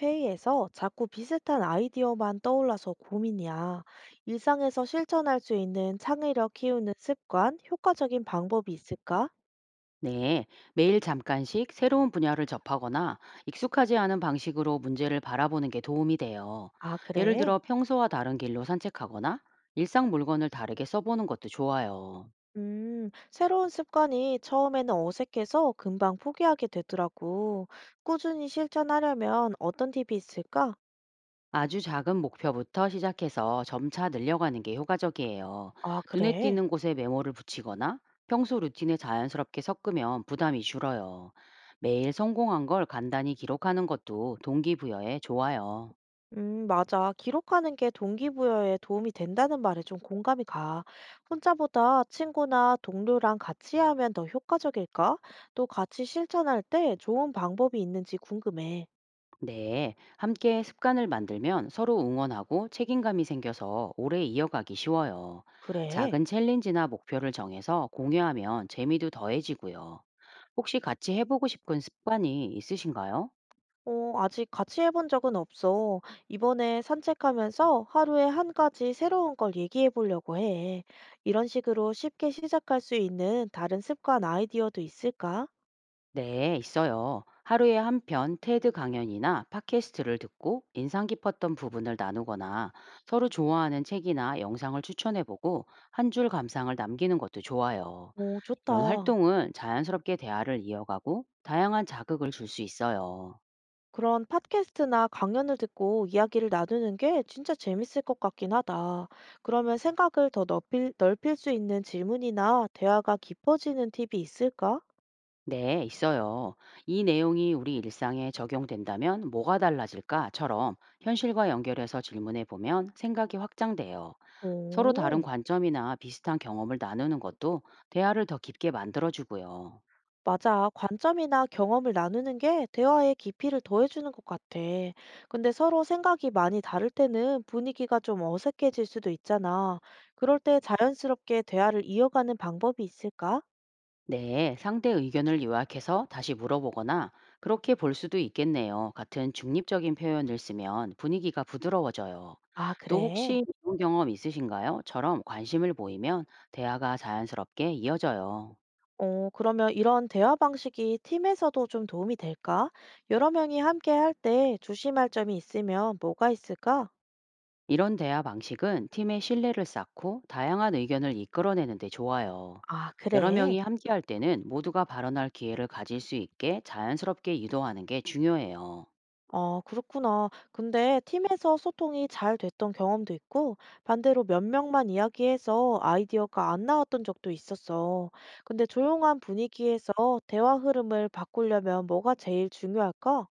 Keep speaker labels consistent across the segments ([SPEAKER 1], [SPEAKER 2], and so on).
[SPEAKER 1] 회의에서 자꾸 비슷한 아이디어만 떠올라서 고민이야. 일상에서 실천할 수 있는 창의력 키우는 습관, 효과적인 방법이 있을까?
[SPEAKER 2] 네, 매일 잠깐씩 새로운 분야를 접하거나 익숙하지 않은 방식으로 문제를 바라보는 게 도움이 돼요.
[SPEAKER 1] 아,
[SPEAKER 2] 예를
[SPEAKER 1] 그래?
[SPEAKER 2] 들어 평소와 다른 길로 산책하거나 일상 물건을 다르게 써보는 것도 좋아요.
[SPEAKER 1] 새로운 습관이 처음에는 어색해서 금방 포기하게 되더라고. 꾸준히 실천하려면 어떤 팁이 있을까?
[SPEAKER 2] 아주 작은 목표부터 시작해서 점차 늘려가는 게 효과적이에요.
[SPEAKER 1] 아,
[SPEAKER 2] 눈에
[SPEAKER 1] 그래?
[SPEAKER 2] 띄는 곳에 메모를 붙이거나 평소 루틴에 자연스럽게 섞으면 부담이 줄어요. 매일 성공한 걸 간단히 기록하는 것도 동기부여에 좋아요.
[SPEAKER 1] 맞아. 기록하는 게 동기부여에 도움이 된다는 말에 좀 공감이 가. 혼자보다 친구나 동료랑 같이 하면 더 효과적일까? 또 같이 실천할 때 좋은 방법이 있는지 궁금해.
[SPEAKER 2] 네, 함께 습관을 만들면 서로 응원하고 책임감이 생겨서 오래 이어가기 쉬워요.
[SPEAKER 1] 그래.
[SPEAKER 2] 작은 챌린지나 목표를 정해서 공유하면 재미도 더해지고요. 혹시 같이 해보고 싶은 습관이 있으신가요?
[SPEAKER 1] 어, 아직 같이 해본 적은 없어. 이번에 산책하면서 하루에 한 가지 새로운 걸 얘기해 보려고 해. 이런 식으로 쉽게 시작할 수 있는 다른 습관 아이디어도 있을까?
[SPEAKER 2] 네, 있어요. 하루에 한 편 테드 강연이나 팟캐스트를 듣고 인상 깊었던 부분을 나누거나 서로 좋아하는 책이나 영상을 추천해보고 한 줄 감상을 남기는 것도 좋아요.
[SPEAKER 1] 오,
[SPEAKER 2] 이런
[SPEAKER 1] 좋다.
[SPEAKER 2] 활동은 자연스럽게 대화를 이어가고 다양한 자극을 줄 수 있어요.
[SPEAKER 1] 그런 팟캐스트나 강연을 듣고 이야기를 나누는 게 진짜 재밌을 것 같긴 하다. 그러면 생각을 더 넓힐 수 있는 질문이나 대화가 깊어지는 팁이 있을까?
[SPEAKER 2] 네, 있어요. 이 내용이 우리 일상에 적용된다면 뭐가 달라질까?처럼 현실과 연결해서 질문해 보면 생각이 확장돼요. 서로 다른
[SPEAKER 1] 오,
[SPEAKER 2] 관점이나 비슷한 경험을 나누는 것도 대화를 더 깊게 만들어주고요.
[SPEAKER 1] 맞아. 관점이나 경험을 나누는 게 대화의 깊이를 더해주는 것 같아. 근데 서로 생각이 많이 다를 때는 분위기가 좀 어색해질 수도 있잖아. 그럴 때 자연스럽게 대화를 이어가는 방법이 있을까?
[SPEAKER 2] 네, 상대 의견을 요약해서 다시 물어보거나 그렇게 볼 수도 있겠네요. 같은 중립적인 표현을 쓰면 분위기가 부드러워져요.
[SPEAKER 1] 아,
[SPEAKER 2] 또
[SPEAKER 1] 그래.
[SPEAKER 2] 혹시 이런 경험 있으신가요?처럼 관심을 보이면 대화가 자연스럽게 이어져요.
[SPEAKER 1] 어, 그러면 이런 대화 방식이 팀에서도 좀 도움이 될까? 여러 명이 함께 할 때 조심할 점이 있으면 뭐가 있을까?
[SPEAKER 2] 이런 대화 방식은 팀의 신뢰를 쌓고 다양한 의견을 이끌어내는 데 좋아요.
[SPEAKER 1] 아,
[SPEAKER 2] 여러
[SPEAKER 1] 그래.
[SPEAKER 2] 명이 함께할 때는 모두가 발언할 기회를 가질 수 있게 자연스럽게 유도하는 게 중요해요.
[SPEAKER 1] 어, 그렇구나. 근데 팀에서 소통이 잘 됐던 경험도 있고, 반대로 몇 명만 이야기해서 아이디어가 안 나왔던 적도 있었어. 근데 조용한 분위기에서 대화 흐름을 바꾸려면 뭐가 제일 중요할까?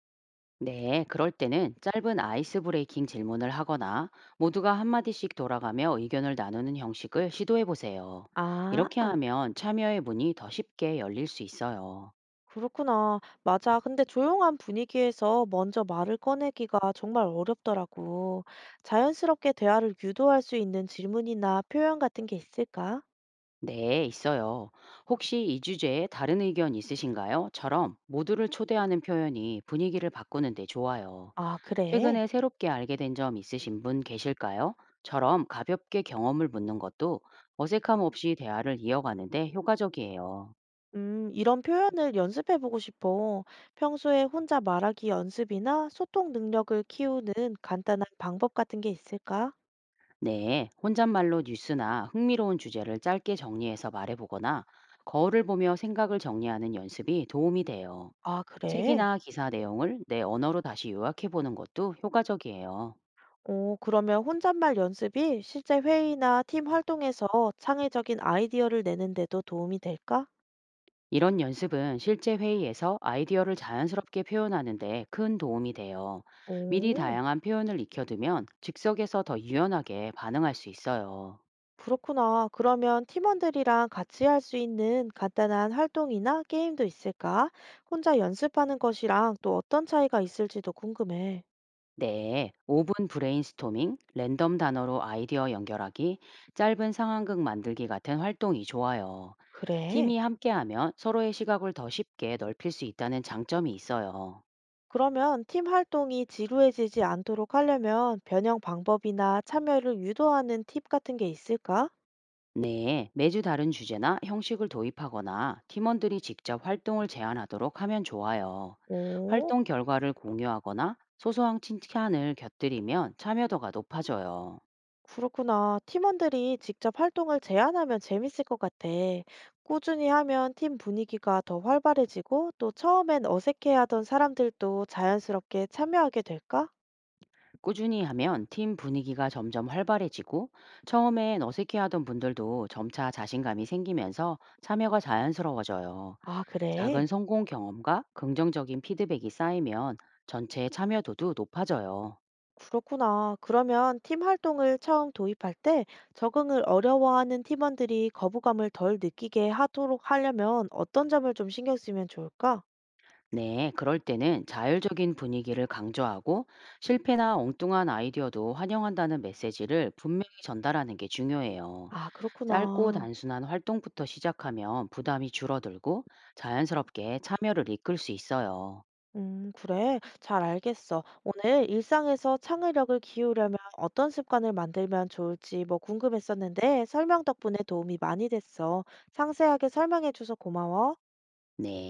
[SPEAKER 2] 네, 그럴 때는 짧은 아이스 브레이킹 질문을 하거나 모두가 한마디씩 돌아가며 의견을 나누는 형식을 시도해 보세요. 이렇게
[SPEAKER 1] 아,
[SPEAKER 2] 하면 참여의 문이 더 쉽게 열릴 수 있어요.
[SPEAKER 1] 그렇구나. 맞아. 근데 조용한 분위기에서 먼저 말을 꺼내기가 정말 어렵더라고. 자연스럽게 대화를 유도할 수 있는 질문이나 표현 같은 게 있을까?
[SPEAKER 2] 네, 있어요. 혹시 이 주제에 다른 의견 있으신가요? 처럼 모두를 초대하는 표현이 분위기를 바꾸는데 좋아요.
[SPEAKER 1] 아, 그래?
[SPEAKER 2] 최근에 새롭게 알게 된 점 있으신 분 계실까요? 처럼 가볍게 경험을 묻는 것도 어색함 없이 대화를 이어가는데 효과적이에요.
[SPEAKER 1] 이런 표현을 연습해보고 싶어. 평소에 혼자 말하기 연습이나 소통 능력을 키우는 간단한 방법 같은 게 있을까?
[SPEAKER 2] 네, 혼잣말로 뉴스나 흥미로운 주제를 짧게 정리해서 말해보거나 거울을 보며 생각을 정리하는 연습이 도움이 돼요.
[SPEAKER 1] 아, 그래?
[SPEAKER 2] 책이나 기사 내용을 내 언어로 다시 요약해보는 것도 효과적이에요.
[SPEAKER 1] 어, 그러면 혼잣말 연습이 실제 회의나 팀 활동에서 창의적인 아이디어를 내는데도 도움이 될까?
[SPEAKER 2] 이런 연습은 실제 회의에서 아이디어를 자연스럽게 표현하는데 큰 도움이 돼요. 미리
[SPEAKER 1] 오.
[SPEAKER 2] 다양한 표현을 익혀두면 즉석에서 더 유연하게 반응할 수 있어요.
[SPEAKER 1] 그렇구나. 그러면 팀원들이랑 같이 할 수 있는 간단한 활동이나 게임도 있을까? 혼자 연습하는 것이랑 또 어떤 차이가 있을지도 궁금해.
[SPEAKER 2] 네, 5분 브레인스토밍, 랜덤 단어로 아이디어 연결하기, 짧은 상황극 만들기 같은 활동이 좋아요.
[SPEAKER 1] 그래.
[SPEAKER 2] 팀이 함께하면 서로의 시각을 더 쉽게 넓힐 수 있다는 장점이 있어요.
[SPEAKER 1] 그러면 팀 활동이 지루해지지 않도록 하려면 변형 방법이나 참여를 유도하는 팁 같은 게 있을까?
[SPEAKER 2] 네, 매주 다른 주제나 형식을 도입하거나 팀원들이 직접 활동을 제안하도록 하면 좋아요.
[SPEAKER 1] 오.
[SPEAKER 2] 활동 결과를 공유하거나 소소한 칭찬을 곁들이면 참여도가 높아져요.
[SPEAKER 1] 그렇구나. 팀원들이 직접 활동을 제안하면 재밌을 것 같아. 꾸준히 하면 팀 분위기가 더 활발해지고 또 처음엔 어색해하던 사람들도 자연스럽게 참여하게 될까?
[SPEAKER 2] 꾸준히 하면 팀 분위기가 점점 활발해지고 처음엔 어색해하던 분들도 점차 자신감이 생기면서 참여가 자연스러워져요.
[SPEAKER 1] 아, 그래.
[SPEAKER 2] 작은 성공 경험과 긍정적인 피드백이 쌓이면 전체 참여도도 높아져요.
[SPEAKER 1] 그렇구나. 그러면 팀 활동을 처음 도입할 때 적응을 어려워하는 팀원들이 거부감을 덜 느끼게 하도록 하려면 어떤 점을 좀 신경 쓰면 좋을까?
[SPEAKER 2] 네, 그럴 때는 자율적인 분위기를 강조하고 실패나 엉뚱한 아이디어도 환영한다는 메시지를 분명히 전달하는 게 중요해요.
[SPEAKER 1] 아,
[SPEAKER 2] 짧고
[SPEAKER 1] 그렇구나.
[SPEAKER 2] 단순한 활동부터 시작하면 부담이 줄어들고 자연스럽게 참여를 이끌 수 있어요.
[SPEAKER 1] 그래. 잘 알겠어. 오늘 일상에서 창의력을 키우려면 어떤 습관을 만들면 좋을지 뭐 궁금했었는데 설명 덕분에 도움이 많이 됐어. 상세하게 설명해줘서 고마워.
[SPEAKER 2] 네.